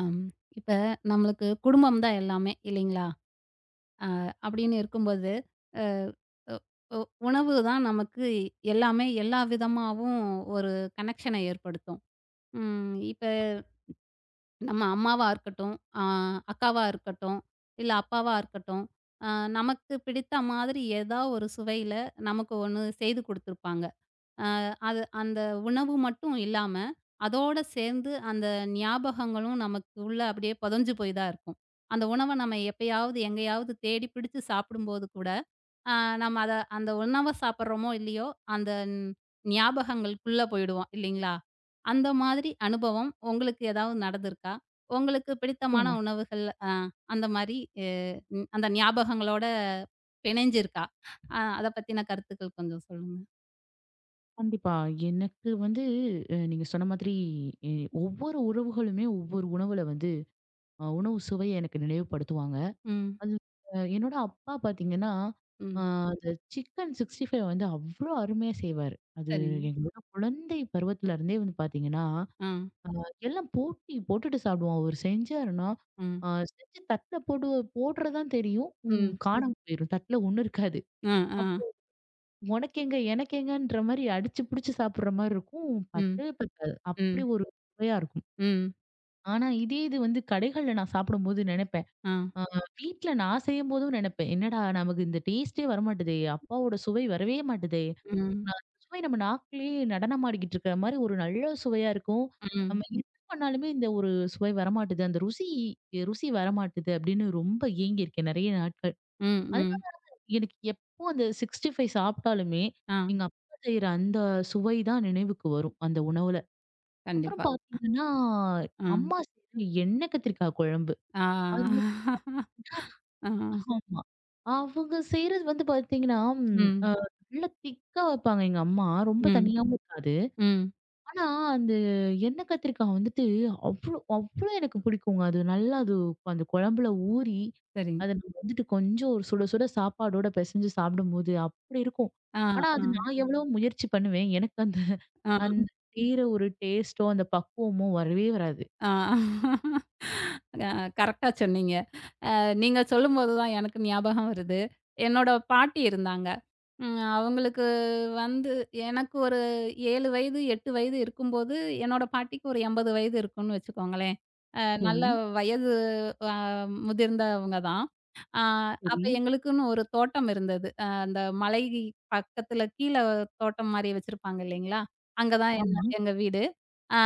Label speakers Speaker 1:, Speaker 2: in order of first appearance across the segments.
Speaker 1: அம். இப்ப நம்மளுக்கு குடும்பம் தான் எல்லாமே இல்லைங்களா? அ அப்படின்னு இருக்கும்போது, அ ஒ ஒ உணவு தான் நமக்கு எல்லாமே எல்லா விதமாவும் ஒரு கனெக்ஷன ஏற்படுத்தும். ம். இப்ப நம்ம அம்மாவா இருக்கட்டும், அ அக்காவா இருக்கட்டும், இல்ல அப்பாவா இருக்கட்டும், அ நமக்கு பிடித்த மாதிரி ஏதா ஒரு சுவையில நமக்கு ஒண்ணு செய்து குடுத்துருப்பாங்க. அ அது அந்த உணவு மட்டும் இல்லாம, அதோட சேர்ந்து அந்த ஞாபகங்களும் நமக்கு உள்ள அப்படியே புதைஞ்சு போய் தான் இருக்கும். அந்த உணவ நம்ம எப்பயாவது, எங்கேயாவது தேடி பிடிச்சு சாப்பிடும்போது கூட, அ நம்ம அத அந்த உணவ சாப்பிடுறோமோ இல்லையோ, அந்த ஞாபகங்களுக்குள்ள போயிடுவோம் இல்லைங்களா? அந்த மாதிரி அனுபவம் உங்களுக்கு ஏதாவது நடந்திருக்கா? உங்களுக்கு பிடித்தமான
Speaker 2: நிச்சயமா.
Speaker 1: உணவுகள் அ அந்த மாரி அ அந்த ஞாபகங்களோட பிணைஞ்சிருக்கா? அத பத்தின கருத்துக்கள் கொஞ்சம் சொல்லுங்க.
Speaker 2: கண்டிப்பா. எனக்கு வந்து நீங்க சொன்ன மாதிரி எ ஒவ்வொரு உறவுகளுமே ஒவ்வொரு உணவுல வந்து உணவு சுவைய எனக்கு நினைவுபடுத்துவாங்க.
Speaker 1: ம்.
Speaker 2: அது என்னோட அப்பா பார்த்தீங்கன்னா, அ
Speaker 1: ம்.
Speaker 2: அந்த சிக்கன் 65 வந்து அவ்ளோ அருமையா செய்வாரு. அது
Speaker 1: சரிங்க.
Speaker 2: எங்களோட குழந்தை பருவத்துல இருந்தே வந்து பார்த்தீங்கன்னா,
Speaker 1: ஆ.
Speaker 2: எல்லாம் போட்டி போட்டுட்டு சாப்பிடுவோம். அவரு செஞ்சாருன்னா,
Speaker 1: ம்.
Speaker 2: அ செஞ்சு தட்ல போட்டு போடுறது தான் தெரியும்.
Speaker 1: ம்.
Speaker 2: காணாம போயிரும். தட்ல ஒண்ணும் இருக்காது.
Speaker 1: ஆ. ஆ.
Speaker 2: உனக்கெங்க, எனக்கெங்கன்ற மாரி அடிச்சு புடிச்சு சாப்பிடுற மாரி இருக்கும்.
Speaker 1: ம்.
Speaker 2: பத்தவே பத்தாது. அப்படி
Speaker 1: ம்.
Speaker 2: ஒரு சுவையா இருக்கும்.
Speaker 1: ம்.
Speaker 2: ஆனா, இதே இது வந்து கடைகள்ல நான் சாப்பிடும்போது நெனைப்பேன்.
Speaker 1: ஆ.
Speaker 2: ஆ வீட்ல நான் செய்யும்போதும் நெனைப்பேன். என்னடா நமக்கு இந்த டேஸ்ட்டே வரமாட்டுதே! அப்பாவோட சுவை வரவே மாட்டுதே!
Speaker 1: ம்.
Speaker 2: நான் அந்த சுவை நம்ம நாக்குலயே நடனமாடிக்கிட்டு இருக்கிற மாரி ஒரு நல்ல சுவையா இருக்கும்.
Speaker 1: ம்.
Speaker 2: நம்ம என்ன பண்ணாலுமே இந்த ஒரு சுவை வரமாட்டுது. அந்த ருசி ருசி வரமாட்டுது அப்படின்னு ரொம்ப ஏங்கியிருக்கேன் நெறைய நாட்கள்.
Speaker 1: ம். ம்.
Speaker 2: எனக்கு எப்போ அந்த 65 சாப்பிட்டாலுமே,
Speaker 1: ஆ.
Speaker 2: எங்க அப்பா செய்ற அந்த சுவை தான் நினைவுக்கு வரும், அந்த உணவுல. அப்புறம்
Speaker 1: கண்டிப்பா.
Speaker 2: பார்த்தீங்கன்னா,
Speaker 1: ஆ.
Speaker 2: அம்மா செய்ற எண்ணெய் கத்திரிக்காய் குழம்பு. அது
Speaker 1: ஆ. ஆ.
Speaker 2: ஆமா. அவங்க செய்றது வந்து பார்த்தீங்கன்னா, ம்
Speaker 1: ம்.
Speaker 2: அ நல்லா திக்கா வைப்பாங்க எங்க அம்மா. ரொம்ப
Speaker 1: ம்.
Speaker 2: தண்ணியாவும் இருக்காது.
Speaker 1: ம்.
Speaker 2: ஆனா, அந்த எண்ணெய் கத்திரிக்காய் வந்துட்டு அவ்ளோ அவ்ளோ எனக்கு பிடிக்குங்க. அது நல்லா அது அந்த குழம்புல ஊறி,
Speaker 1: சரிங்க.
Speaker 2: அத நம்ம வந்துட்டு கொஞ்சம் ஒரு சுட சுட சாப்பாடோட பெசஞ்சு சாப்பிடும்போது அப்படி இருக்கும்.
Speaker 1: ஆ.
Speaker 2: ஆனா,
Speaker 1: ஆ.
Speaker 2: அது ம். நான் எவ்வளோ முயற்சி பண்ணுவேன். எனக்கு அந்த
Speaker 1: ஆ.
Speaker 2: அந்த செய்ற ஒரு டேஸ்ட்டோ, அந்த பக்குவமோ வரவே வராது.
Speaker 1: ஆ. அ கரெக்ட்டா சொன்னீங்க. நீங்க சொல்லும்போது தான் எனக்கு ஞாபகம் வருது. என்னோட பாட்டி இருந்தாங்க. ம். அவங்களுக்கு வந்து எனக்கு ஒரு 7 வயது, 8 வயது இருக்கும்போது, என்னோட பாட்டிக்கு ஒரு 80 வயது இருக்கும்னு வச்சுக்கோங்களேன்.
Speaker 2: சரி,
Speaker 1: நல்ல வயது அ முதிர்ந்தவங்க தான். அ அப்ப
Speaker 2: சரி.
Speaker 1: எங்களுக்குன்னு ஒரு தோட்டம் இருந்தது. அந்த மலை பக்கத்துல கீழ தோட்டம் மாரி வச்சிருப்பாங்க இல்லைங்களா? அங்க தான் எங்க
Speaker 2: ஆமா.
Speaker 1: எங்க வீடு. ஆ,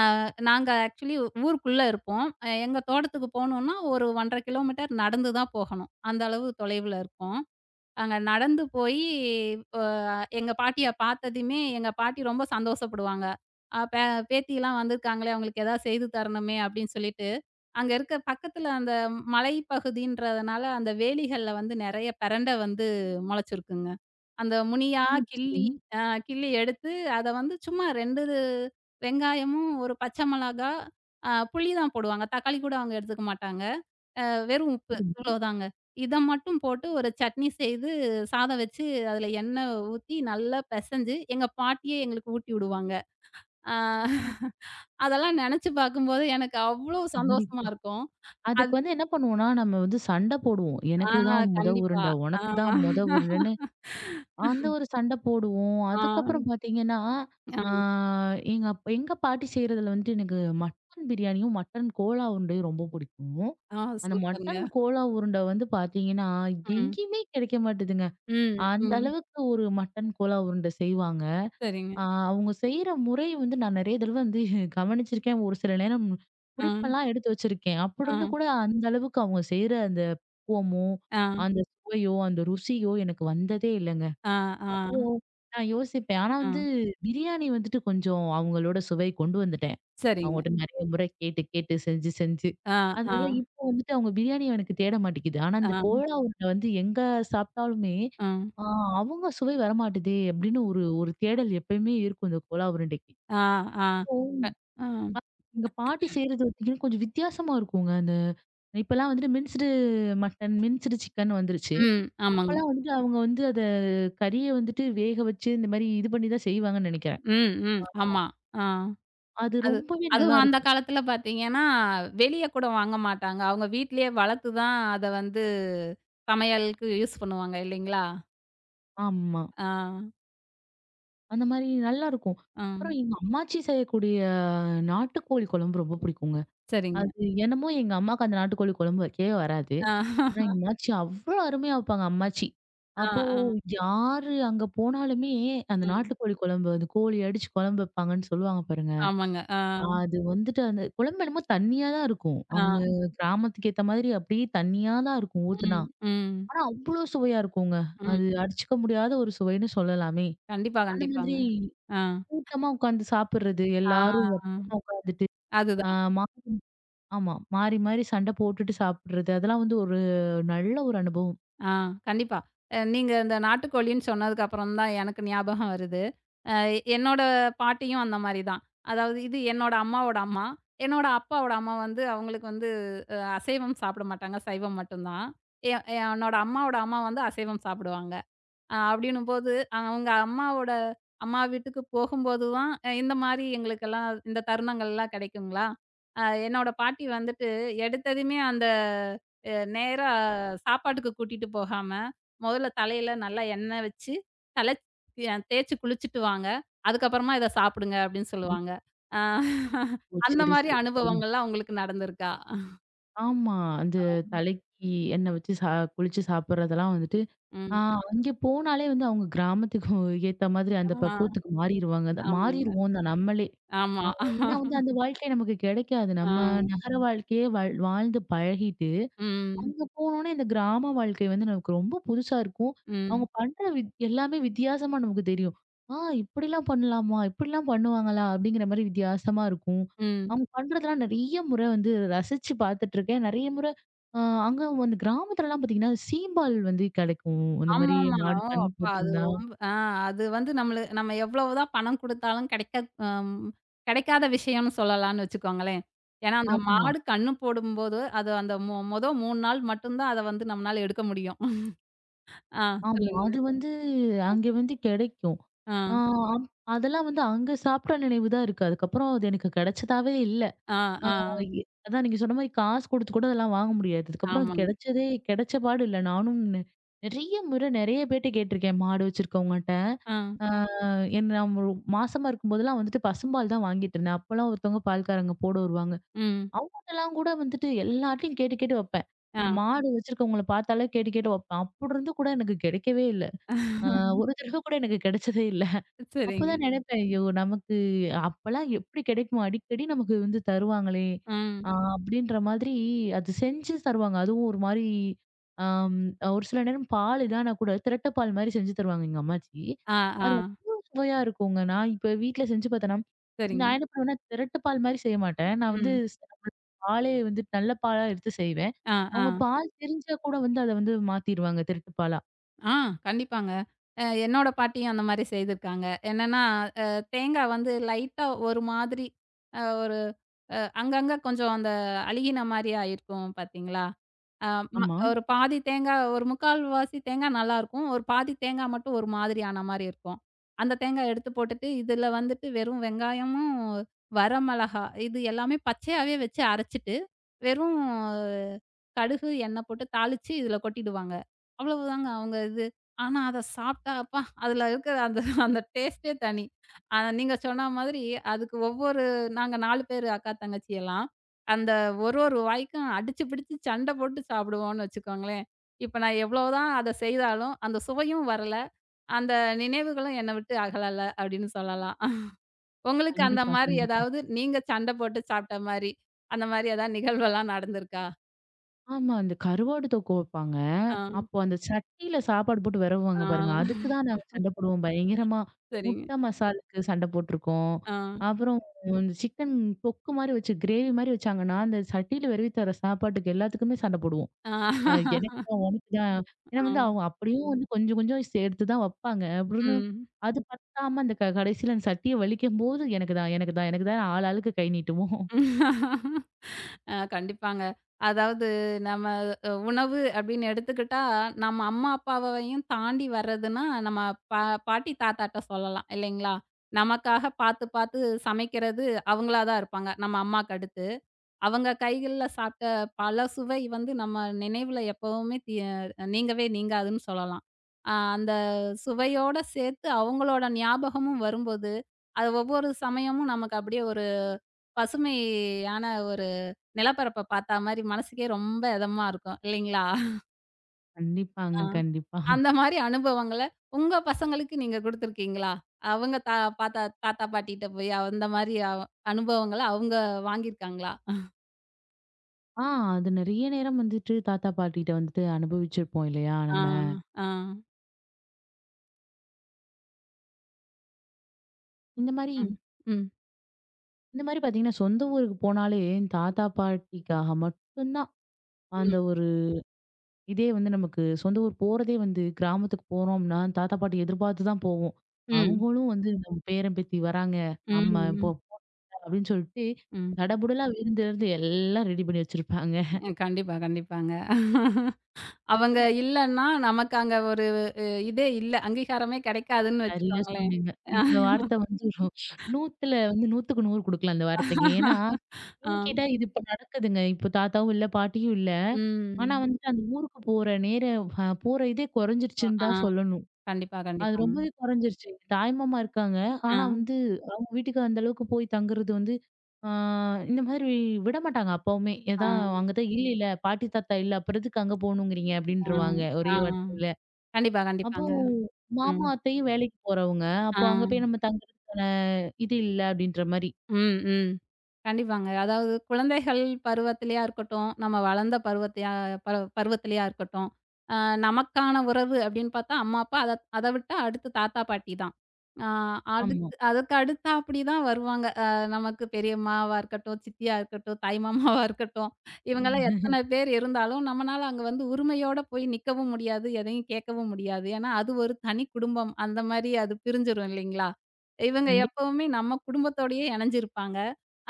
Speaker 1: நாங்க ஆக்சுவலி ஊருக்குள்ள இருப்போம். எங்க தோட்டத்துக்கு போணும்னா, ஒரு 1½ கிலோமீட்டர் நடந்து தான் போகணும். அந்த அளவு தொலைவுல இருக்கோம். அங்க நடந்து போயி அ எங்க பாட்டிய பார்த்ததுமே, எங்க பாட்டி ரொம்ப சந்தோஷப்படுவாங்க. அ "பே "பேத்திலாம் வந்திருக்காங்களே! அவங்களுக்கு ஏதாவது செய்து தரணுமே!" அப்படின்னு சொல்லிட்டு. அங்க இருக்க பக்கத்துல அந்த மலைப்பகுதின்றதுனால, அந்த வேலிகள்ல வந்து நெறைய பெரண்ட வந்து மொளச்சிருக்குங்க. அந்த முனியா
Speaker 2: ம். சரி,
Speaker 1: கிள்ளி அ கிள்ளி எடுத்து, அத வந்து சும்மா 2 வெங்காயமும், ஒரு பச்சை மிளகா, புளி தான் போடுவாங்க. தக்காளி கூட அவங்க எடுத்துக்க மாட்டாங்க. அ வெறும் உப்பு
Speaker 2: சரி.
Speaker 1: இவ்வளோதாங்க. இத மட்டும் போட்டு ஒரு சட்னி செய்து, சாதம் வச்சு அதுல எண்ணெய் ஊத்தி நல்லா பெசஞ்சு, எங்க பாட்டியே எங்களுக்கு ஊட்டி விடுவாங்க. அ அதெல்லாம் நெனச்சு பார்க்கும்போது எனக்கு அவ்ளோ சந்தோஷமா
Speaker 2: கண்டிப்பா.
Speaker 1: இருக்கும். அது.
Speaker 2: அதுக்கு வந்து என்ன பண்ணுவோம்னா, நம்ம வந்து சண்டை போடுவோம்.
Speaker 1: ஆ.
Speaker 2: "எனக்கு தான் முத
Speaker 1: கண்டிப்பா.
Speaker 2: உருண்டை,
Speaker 1: ஆ.
Speaker 2: உனக்கு தான் முத உருண்டைன்னு" அந்த ஒரு சண்டை போடுவோம்.
Speaker 1: ஆ.
Speaker 2: அதுக்கப்புறம் பார்த்தீங்கன்னா,
Speaker 1: ஆ.
Speaker 2: ஆ எங்க அப் எங்க பாட்டி செய்றதுல வந்துட்டு எனக்கு மட்டன் பிரியாணியும், மட்டன் கோலா உருண்டையும் ரொம்ப பிடிக்கும்.
Speaker 1: ஆ
Speaker 2: அந்த
Speaker 1: சூப்பருங்க.
Speaker 2: மட்டன் கோலா உருண்டை வந்து பார்த்தீங்கன்னா,
Speaker 1: ம்.
Speaker 2: எங்கேயுமே கிடைக்க மாட்டுதுங்க.
Speaker 1: ம்.
Speaker 2: அந்த
Speaker 1: ம்.
Speaker 2: அளவுக்கு ஒரு மட்டன் கோலா உருண்டை செய்வாங்க.
Speaker 1: சரிங்க.
Speaker 2: ஆ அவங்க செய்ற முறை வந்து நான் நெறைய தடவ வந்து கவனிச்சிருக்கேன். ஒரு சில நேரம்
Speaker 1: ஆ.
Speaker 2: குறிப்பெல்லாம் எடுத்து வச்சிருக்கேன். அப்படி
Speaker 1: ஆ.
Speaker 2: இருந்தும் கூட அந்த அளவுக்கு அவங்க செய்ற அந்த பக்குவமோ,
Speaker 1: ஆ.
Speaker 2: அந்த சுவையோ, அந்த ருசியோ எனக்கு வந்ததே இல்லங்க.
Speaker 1: ஆ. ஆ.
Speaker 2: ஓ! நான் யோசிப்பேன். ஆனா
Speaker 1: ஆ.
Speaker 2: வந்து பிரியாணி வந்துட்டு கொஞ்சம் அவங்களோட சுவை கொண்டு வந்துட்டேன்.
Speaker 1: சரிங்க.
Speaker 2: அவங்கட்ட நெறைய முறை கேட்டு, கேட்டு செஞ்சு, செஞ்சு.
Speaker 1: ஆ. ஆ.
Speaker 2: அதனால இப்போ வந்துட்டு அவங்க பிரியாணி எனக்கு தேட மாட்டேங்குது. ஆனா இந்த
Speaker 1: ஆ.
Speaker 2: கோலா உருண்ட வந்து எங்க சாப்பிட்டாலுமே,
Speaker 1: ஆ.
Speaker 2: ஆ அவங்க சுவை வரமாட்டுதே அப்படின்னு ஒரு ஒரு தேடல் எப்பயுமே இருக்கும் இந்த கோலா உருண்டைக்கு.
Speaker 1: ஆ. ஆ.
Speaker 2: ஓ!
Speaker 1: ஆ.
Speaker 2: எங்க பாட்டி செய்றது பார்த்தீங்கன்னா, கொஞ்சம் வித்தியாசமா இருக்குங்க. அந்த இப்பலாம் வந்துட்டு மட்டன், மின்ஸ்டு சிக்கன் வந்துருச்சு.
Speaker 1: ம். ஆமாங்க.
Speaker 2: அப்பலாம் வந்துட்டு அவங்க வந்து அத கறிய வந்துட்டு வேக வச்சு இந்த மாரி இது பண்ணி தான் செய்வாங்கன்னு நெனைக்கிறேன்.
Speaker 1: ம். ம். ஆமா. ஆ.
Speaker 2: அது
Speaker 1: அது
Speaker 2: ரொம்பவே
Speaker 1: அதுவும் அந்த
Speaker 2: நல்லாருக்கும்.
Speaker 1: காலத்துல பாத்தீங்கன்னா, வெளிய கூட வாங்க மாட்டாங்க. அவங்க வீட்லயே வளர்த்து தான் அத வந்து சமையலுக்கு யூஸ் பண்ணுவாங்க இல்லைங்களா?
Speaker 2: ஆமா.
Speaker 1: ஆ.
Speaker 2: அந்த மாரி நல்லாருக்கும்.
Speaker 1: ஆ.
Speaker 2: அப்புறம் எங்க அம்மாச்சி செய்யக்கூடிய நாட்டுக்கோழி குழம்பு ரொம்ப பிடிக்குங்க.
Speaker 1: சரிங்க.
Speaker 2: அது என்னமோ எங்க அம்மாக்கு அந்த நாட்டுக்கோழி குழம்பு வைக்கவே வராது.
Speaker 1: ஆ.
Speaker 2: ஆனா எங்க அம்மாச்சி அவ்ளோ அருமையா வைப்பாங்க அம்மாச்சி.
Speaker 1: ஆ.
Speaker 2: அப்போ
Speaker 1: ஆ.
Speaker 2: யாரு அங்க போனாலுமே அந்த
Speaker 1: ம்.
Speaker 2: நாட்டுக்கோழி குழம்பு, அந்த கோழி அடிச்சு குழம்பு வைப்பாங்கன்னு சொல்லுவாங்க பாருங்க.
Speaker 1: ஆமாங்க. ஆ.
Speaker 2: அது வந்துட்டு அந்த குழம்பு என்னமோ தண்ணியா தான் இருக்கும். அவங்க
Speaker 1: ஆ.
Speaker 2: கிராமத்துக்கு ஏத்த மாதிரி அப்படியே தண்ணியா தான் இருக்கும் ஊத்துனா.
Speaker 1: ம். ம்.
Speaker 2: ஆனா அவ்ளோ சுவையா இருக்குங்க.
Speaker 1: ம்.
Speaker 2: அது அடிச்சுக்க முடியாத ஒரு சுவைன்னு சொல்லலாமே!
Speaker 1: கண்டிப்பா,
Speaker 2: அந்த
Speaker 1: கண்டிப்பாங்க.
Speaker 2: மாதிரி
Speaker 1: ஆ.
Speaker 2: கூட்டமா உட்காந்து சாப்பிடுறது,
Speaker 1: ஆ.
Speaker 2: எல்லாரும்
Speaker 1: ஆ.
Speaker 2: வட்டமா உட்காந்துட்டு, ஆ
Speaker 1: அதுதான்.
Speaker 2: மா ஆமா. மாறி, மாறி சண்டை போட்டுட்டு சாப்பிடுறது, அதெல்லாம் வந்து ஒரு நல்ல ஒரு அனுபவம்.
Speaker 1: ஆ, கண்டிப்பா. நீங்க இந்த நாட்டுக்கோழின்னு சொன்னதுக்கு அப்புறம் தான் எனக்கு ஞாபகம் வருது. அ என்னோட பாட்டியும் அந்த மாரி தான். அதாவது இது என்னோட அம்மாவோட அம்மா. என்னோட அப்பாவோட அம்மா வந்து அவங்களுக்கு வந்து அசைவம் சாப்பிட மாட்டாங்க. சைவம் மட்டும் தான். எ என்னோட அம்மாவோட அம்மா வந்து அசைவம் சாப்பிடுவாங்க. அப்படின்னும்போது, அவங்க அம்மாவோட அம்மா வீட்டுக்கு போகும்போது தான், இந்த மாரி எங்களுக்கெல்லாம் இந்த தருணங்கள்லாம் கிடைக்குங்களா. என்னோட பாட்டி வந்துட்டு எடுத்ததுமே அந்த நேரா சாப்பாட்டுக்கு கூட்டிட்டு போகாம, முதல்ல தலையில நல்லா எண்ணெய் வச்சு, தலை தேய்ச்சு குளிச்சுட்டு வாங்க. அதுக்கப்புறமா இத சாப்பிடுங்க அப்படின்னு சொல்லுவாங்க. அ
Speaker 2: ஓ!
Speaker 1: அந்த
Speaker 2: சரி,
Speaker 1: மாரி
Speaker 2: சரி, சரி.
Speaker 1: அனுபவங்கள்லாம் உங்களுக்கு நடந்திருக்கா?
Speaker 2: ஆமா. அந்த தலைக்கு எண்ணெய் வச்சு குளிச்சு சாப்பிடுறதெல்லாம் வந்துட்டு, ஆ
Speaker 1: ம்.
Speaker 2: அங்கே போனாலே வந்து அவங்க கிராமத்துக்கு ஏத்த மாதிரி அந்த
Speaker 1: ஆ.
Speaker 2: பக்குவத்துக்கு மாறிருவாங்க. அத
Speaker 1: ஆமாங்க.
Speaker 2: மாறிருவோம் தான் நம்மளே.
Speaker 1: ஆமா.
Speaker 2: ஆ ஏன்னா வந்து அந்த வாழ்க்கை நமக்கு கிடைக்காது.
Speaker 1: ஆ.
Speaker 2: நம்ம நகர வாழ்க்கையே வாழ்ந்து பழகிட்டோம்.
Speaker 1: ம்.
Speaker 2: அங்க போனோனே இந்த கிராம வாழ்க்கை வந்து நமக்கு ரொம்ப புதுசா இருக்கும்.
Speaker 1: ம்.
Speaker 2: அவங்க பண்ற எல்லாமே வித்தியாசமா நமக்கு தெரியும். ஆ இப்படிலாம் பண்ணலாமா? இப்படிலாம் பண்ணுவாங்களா? அப்படிங்கிற மாரி வித்தியாசமா இருக்கும்.
Speaker 1: ம்.
Speaker 2: அவங்க பண்றதெல்லாம் நெறைய முறை வந்து ரசிச்சு பார்த்துட்டுருக்கேன். நெறைய முறை அ அங்க அந்த கிராமத்துலலாம் பார்த்தீங்கன்னா, சீம்பால் வந்து கெடைக்கும். அந்த மாரி
Speaker 1: ஆமாமா.
Speaker 2: மாடு
Speaker 1: ஓ!
Speaker 2: கண்ணு
Speaker 1: அப்பா அது
Speaker 2: போட்டிருந்தா
Speaker 1: ரொம்ப. அது வந்து நம்மளு நம்ம எவ்வளவுதான் பணம் குடுத்தாலும் கிடைக்காத விஷயம்னு சொல்லலாம்னு வச்சுக்கோங்களேன். ஏன்னா, அந்த
Speaker 2: ஆமா,
Speaker 1: மாடு கண்ணு போடும்போது, அது அந்த மொத 3 நாள் மட்டும் தான் அத வந்து நம்மனால எடுக்க முடியும். ஆ,
Speaker 2: ஆமா.
Speaker 1: சொல்லுங்க.
Speaker 2: அது வந்து அங்க வந்து கெடைக்கும்.
Speaker 1: ஆ.
Speaker 2: ஆ அம் அதெல்லாம் வந்து அங்க சாப்பிட்ட நினைவு தான் இருக்கு. அதுக்கப்புறம் அது எனக்கு கெடைச்சதாவே இல்ல.
Speaker 1: ஆ. ஆ.
Speaker 2: ஐய அதான் நீங்க சொன்ன மாரி காசு குடுத்து கூட அதெல்லாம் வாங்க முடியாது. அதுக்கப்புறம் அது
Speaker 1: ஆமாங்க.
Speaker 2: கிடைச்சதே கிடைச்ச பாடு இல்ல. நானும் நெறைய முறை நெறைய பேர்ட்ட கேட்டுருக்கேன் மாடு வச்சிருக்கவங்கட்ட.
Speaker 1: ஆ.
Speaker 2: ஆ என்ன நான் ஒரு மாசமா இருக்கும்போதெல்லாம் வந்துட்டு பசும்பால் தான் வாங்கிட்டு இருந்தேன். அப்பலாம் ஒருத்தவங்க பால்காரங்க போட வருவாங்க.
Speaker 1: ம்.
Speaker 2: அவங்கட்டலாம் கூட வந்துட்டு எல்லார்ட்டயும் கேட்டு கேட்டு வப்பேன்.
Speaker 1: ஆ.
Speaker 2: இந்த மாடு வச்சிருக்கவங்கள பார்த்தாலே கேட்டு கேட்டு வப்பேன். அப்படி இருந்து கூட எனக்கு கிடைக்கவே இல்ல. ஆ ஒரு தடவ கூட எனக்கு கிடைச்சதே இல்ல.
Speaker 1: சரிங்க.
Speaker 2: அப்பதான் நினைப்பேன், ஐயோ! நமக்கு அப்பலாம் எப்படி கிடைக்குமா? அடிக்கடி நமக்கு வந்து தருவாங்களே!
Speaker 1: ம்.
Speaker 2: ஆ அப்படின்ற மாதிரி அது செஞ்சு தருவாங்க. அதுவும் ஒரு மாரி ஆம் ஒரு சில நேரம் பால் இதானா கூட திரட்ட பால் மாரி செஞ்சு தருவாங்க எங்க அம்மாச்சி.
Speaker 1: ஆ. ஆ.
Speaker 2: அது அவ்ளோ சுவையா இருக்குங்க. நான் இப்ப வீட்ல செஞ்சு பார்த்தேன்னா,
Speaker 1: சரிங்க.
Speaker 2: நான் என்ன பண்ணுவேன்னா, திரட்ட பால் மாரி செய்ய மாட்டேன். நான் வந்து
Speaker 1: ம்.
Speaker 2: பாலே வந்து நல்ல பாலா எடுத்து செய்வேன்.
Speaker 1: ஆ. ஆ.
Speaker 2: அவங்க பால் தெரிஞ்சா கூட வந்து அத வந்து மாத்திருவாங்க திரட்டு பாலா.
Speaker 1: ஆ, கண்டிப்பாங்க. என்னோட பாட்டியும் அந்த மாரி செய்திருக்காங்க. என்னன்னா, அ தேங்காய் வந்து லைட்டா ஒரு மாதிரி அ ஒரு அ அங்கங்க கொஞ்சம் அந்த அழுகின மாரி ஆயிருக்கும் பார்த்தீங்களா? ஆ ம
Speaker 2: ஆமா.
Speaker 1: ஒரு பாதி தேங்காய் ஒரு 3/4 வாசி தேங்காய் நல்லாருக்கும். ஒரு பாதி தேங்காய் மட்டும் ஒரு மாதிரி ஆன மாரி இருக்கும். அந்த தேங்காய் எடுத்து போட்டுட்டு, இதில வந்துட்டு வெறும் வெங்காயமும், வரமிளகா இது எல்லாமே பச்சையாவே வச்சு அரைச்சுட்டு, வெறும் கடுகு, எண்ணெய் போட்டு தாளிச்சு இதில கொட்டிடுவாங்க. அவ்வளவுதாங்க அவங்க இது. ஆனா அத சாப்பிட்டா அப்பா! அதில இருக்கிற அந்த அந்த டேஸ்ட்டே தனி. ஆ, நீங்க சொன்ன மாதிரி அதுக்கு ஒவ்வொரு நாங்க 4 பேரு அக்கா, தங்கச்சி எல்லாம். அந்த ஒரு ஒரு வாய்க்கும் அடிச்சு பிடிச்சு சண்டை போட்டு சாப்பிடுவோம்னு வச்சுக்கோங்களேன். இப்ப நான் எவ்வளவுதான் அத செய்தாலும், அந்த சுவையும் வரல. அந்த நினைவுகளும் என்ன விட்டு அகலல அப்படின்னு சொல்லலாம். உங்களுக்கு அந்த
Speaker 2: கண்டிப்பா,
Speaker 1: மாரி
Speaker 2: கண்டிப்பா.
Speaker 1: ஏதாவது நீங்க சண்டை போட்டு சாப்பிட்ட மாரி, அந்த மாரி ஏதாவது நிகழ்வெல்லாம் நடந்திருக்கா?
Speaker 2: ஆமா. அந்த கருவாடு தொக்கு வைப்பாங்க.
Speaker 1: ஆ.
Speaker 2: அப்போ அந்த சட்டியில சாப்பாடு போட்டு
Speaker 1: ஆ
Speaker 2: விரவுவாங்க பாருங்க. அதுக்கு தான் நாங்க சண்டை போடுவோம் பயங்கரமா.
Speaker 1: சரிங்க.
Speaker 2: முட்டை மசாலுக்கு சண்டை போட்டுருக்கோம்.
Speaker 1: ஆ.
Speaker 2: அப்புறம் இந்த சிக்கன் தொக்கு மாரி வச்சு, கிரேவி மாரி வச்சாங்கன்னா, அந்த சட்டியில விரவி தர சாப்பாட்டுக்கு எல்லாத்துக்குமே சண்டை போடுவோம்.
Speaker 1: ஆ.
Speaker 2: அ எனக்கு தான், உனக்கு தான். ஏன்னா
Speaker 1: ஆ.
Speaker 2: வந்து அவங்க அப்படியும் வந்து கொஞ்சம் கொஞ்சம் சேர்த்து தான் வைப்பாங்க. அப்படின்னு அது பத்தாம அந்த கடைசியில அந்த சட்டிய வலிக்கும்போது, எனக்கு தான், எனக்கு தான், எனக்கு தான் ஆள் ஆளுக்கு கை நீட்டுவோம்.
Speaker 1: ம். ஆ, கண்டிப்பாங்க. அதாவது நம்ம உணவு அப்படின்னு எடுத்துக்கிட்டா, நம்ம அம்மா அப்பாவையும் தாண்டி வர்றதுன்னா, நம்ம பா பாட்டி தாத்தாட்ட சொல்லலாம் இல்லைங்களா? நமக்காக பார்த்து பார்த்து சமைக்கிறது அவங்களா தான் இருப்பாங்க. நம்ம அம்மாக்கு அடுத்து. அவங்க கைகள்ல சாப்பிட்ட பல சுவை வந்து நம்ம நினைவுல எப்பவுமே நீங்கவே நீங்காதுன்னு சொல்லலாம். அந்த சுவையோட சேர்த்து அவங்களோட ஞாபகமும் வரும்போது, அது ஒவ்வொரு சமயமும் நமக்கு அப்படியே ஒரு பசுமையான நிலப்பரப்ப பார்த்தா மாரி மனசுக்கே ரொம்ப இதமா இருக்கும் இல்லைங்களா? ஆ
Speaker 2: கண்டிப்பாங்க, கண்டிப்பா.
Speaker 1: அந்த மாரி அனுபவங்கள உங்க பசங்களுக்கு நீங்க குடுத்துருக்கீங்களா? அவங்க பாத்தா தாத்தா, பாட்டிட்ட போய் அந்த மாரி அனுபவங்கள அவங்க வாங்கியிருக்காங்களா?
Speaker 2: ஆ, அது நெறைய நேரம் வந்துட்டு தாத்தா, பாட்டிட்ட வந்துட்டு அனுபவிச்சிருப்போம் இல்லையா?
Speaker 1: ஆ.
Speaker 2: நம்ம
Speaker 1: ஆ.
Speaker 2: இந்த மாரி
Speaker 1: ம். ம்.
Speaker 2: இந்த மாரி பார்த்தீங்கன்னா, சொந்த ஊருக்கு போனாலே தாத்தா, பாட்டிக்காக மட்டும்தான்
Speaker 1: ம்.
Speaker 2: அந்த ஒரு இதே வந்து நமக்கு சொந்த ஊர் போறதே வந்து கிராமத்துக்கு போறோம்னா, தாத்தா, பாட்டி எதிர்பார்த்து தான் போவோம்.
Speaker 1: ம்.
Speaker 2: அவங்களும் வந்து நம்ம பேரன், பேத்தி வராங்க.
Speaker 1: ம்.
Speaker 2: ஆமா, இப்போ
Speaker 1: ம்.
Speaker 2: அப்படின்னு சொல்லிட்டு
Speaker 1: ம்.
Speaker 2: தடபுடலா விருந்திலிருந்து எல்லாம் ரெடி பண்ணி வச்சிருப்பாங்க.
Speaker 1: கண்டிப்பா, கண்டிப்பாங்க. அவங்க இல்லன்னா நமக்கு அங்க ஒரு இதே இல்ல. அங்கீகாரமே கிடைக்காதுன்னு
Speaker 2: சரியா
Speaker 1: வச்சுக்கோங்களேன்.
Speaker 2: சொன்னீங்க. இந்த வார்த்த வந்து 100ல வந்து 100க்கு 100 குடுக்கலாம் இந்த வார்த்தைக்கு. ஏன்னா,
Speaker 1: ஆ.
Speaker 2: ஏன்னு கேட்டா இது இப்ப நடக்குதுங்க. இப்ப தாத்தாவும் இல்ல, பாட்டியும் இல்ல. ஆனா
Speaker 1: ம்.
Speaker 2: வந்துட்டு அந்த ஊருக்கு போற நேர போற இதே குறைஞ்சிருச்சுன்னு
Speaker 1: ஆ,
Speaker 2: தான் சொல்லணும்.
Speaker 1: கண்டிப்பா,
Speaker 2: அது
Speaker 1: கண்டிப்பாங்க.
Speaker 2: ரொம்பவே குறைஞ்சிருச்சு. தாய்மாமா இருக்காங்க.
Speaker 1: ஆ.
Speaker 2: ஆனா வந்து அவங்க வீட்டுக்கு அந்த அளவுக்கு போய் தங்குறது வந்து, ஆ இந்த மாதிரி விடமாட்டாங்க அப்பவுமே.
Speaker 1: ஆ.
Speaker 2: அங்க தான் இல்ல, இல்ல பாட்டி தாத்தா இல்ல. அப்புறம் எதுக்கு அங்க போகணுங்கிறீங்க?
Speaker 1: ஆ.
Speaker 2: அப்படின்ருவாங்க
Speaker 1: ஆ.
Speaker 2: ஒரே வார்த்தையில.
Speaker 1: கண்டிப்பா,
Speaker 2: அப்போ
Speaker 1: கண்டிப்பாங்க.
Speaker 2: மாமா,
Speaker 1: ம்.
Speaker 2: அத்தையும் வேலைக்கு போறவங்க.
Speaker 1: ஆ.
Speaker 2: அப்போ அங்க போய் நம்ம தங்குறதுக்கான இது இல்ல அப்டின்ற மாரி.
Speaker 1: ம். ம். கண்டிப்பாங்க. அதாவது குழந்தைகள் பருவத்திலயா இருக்கட்டும், நம்ம வளர்ந்த பருவத்தையா பருவத்திலயா இருக்கட்டும், அ நமக்கான உறவு அப்படின்னு பார்த்தா அம்மா, அப்பா. அத அத விட்டா அடுத்து தாத்தா, பாட்டி தான். அ
Speaker 2: ஆமா.
Speaker 1: அடுத்து அதுக்கு அடுத்தாப்படி தான் வருவாங்க. நமக்கு பெரியம்மாவா இருக்கட்டும், சித்தியா இருக்கட்டும், தாய் மாமாவா இருக்கட்டும். இவங்கலாம் எத்தன பேர் இருந்தாலும் நம்மனால அங்க வந்து உரிமையோட போய் நிக்கவும் முடியாது, எதையும் கேட்கவும் முடியாது. ஏன்னா, அது ஒரு தனி குடும்பம். அந்த மாரி அது பிரிஞ்சிரும் இல்லைங்களா? இவங்க
Speaker 2: கண்டிப்பா.
Speaker 1: எப்பவுமே நம்ம குடும்பத்தோடயே இணைஞ்சிருப்பாங்க.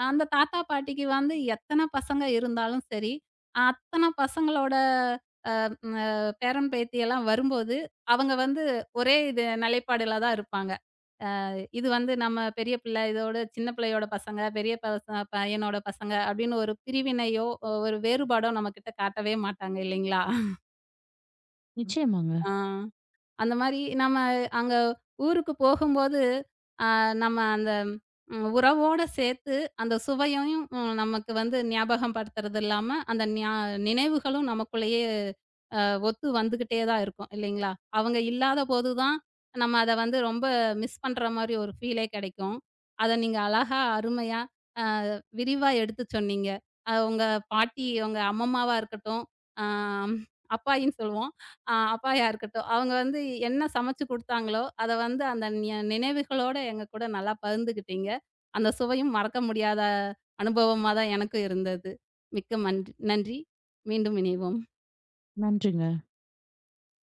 Speaker 1: அந்த தாத்தா, பாட்டிக்கு வந்து எத்தன பசங்க இருந்தாலும் சரி, அத்தன பசங்களோட ம் அ பேரன், பேத்தி எல்லாம் வரும்போது, அவங்க வந்து ஒரே இது நிலைப்பாடுல தான் இருப்பாங்க. இது வந்து நம்ம பெரிய பிள்ளை, இதோட சின்ன பிள்ளையோட பசங்க, பெரிய பச பையனோட பசங்க அப்படின்னு ஒரு பிரிவினையோ, ஒரு வேறுபாடோ நம்மகிட்ட காட்டவே மாட்டாங்க இல்லைங்களா?
Speaker 2: நிச்சயமாங்க.
Speaker 1: ஆ அந்த மாரி நம்ம அங்க ஊருக்கு போகும்போது நம்ம அந்த உறவோட சேர்த்து அந்த சுவையையும் நமக்கு வந்து ஞாபகம் படுத்துறது இல்லாம, அந்த நினைவுகளும் நமக்குள்ளேயே அ ஒத்து வந்துகிட்டே தான் இருக்கும் இல்லைங்களா? அவங்க இல்லாத போது தான் நம்ம அத வந்து ரொம்ப மிஸ் பண்ற மாரி ஒரு ஃபீலே கெடைக்கும். அத நீங்க அழகா, அருமையா அ விரிவா எடுத்து சொன்னீங்க. உங்க பாட்டி, உங்க அம்மம்மாவா இருக்கட்டும், அ அப்பாயின்னு சொல்லுவோம். ஆ, அப்பாயா இருக்கட்டும். அவங்க வந்து என்ன சமைச்சு குடுத்தாங்களோ, அத வந்து அந்த நினைவுகளோட எங்க கூட நல்லா பகிர்ந்துக்கிட்டீங்க. அந்த சுவையும் மறக்க முடியாத அனுபவமா தான் எனக்கும் இருந்தது. மிக்க மன்றி நன்றி. மீண்டும் இணைவோம்.
Speaker 2: நன்றிங்க.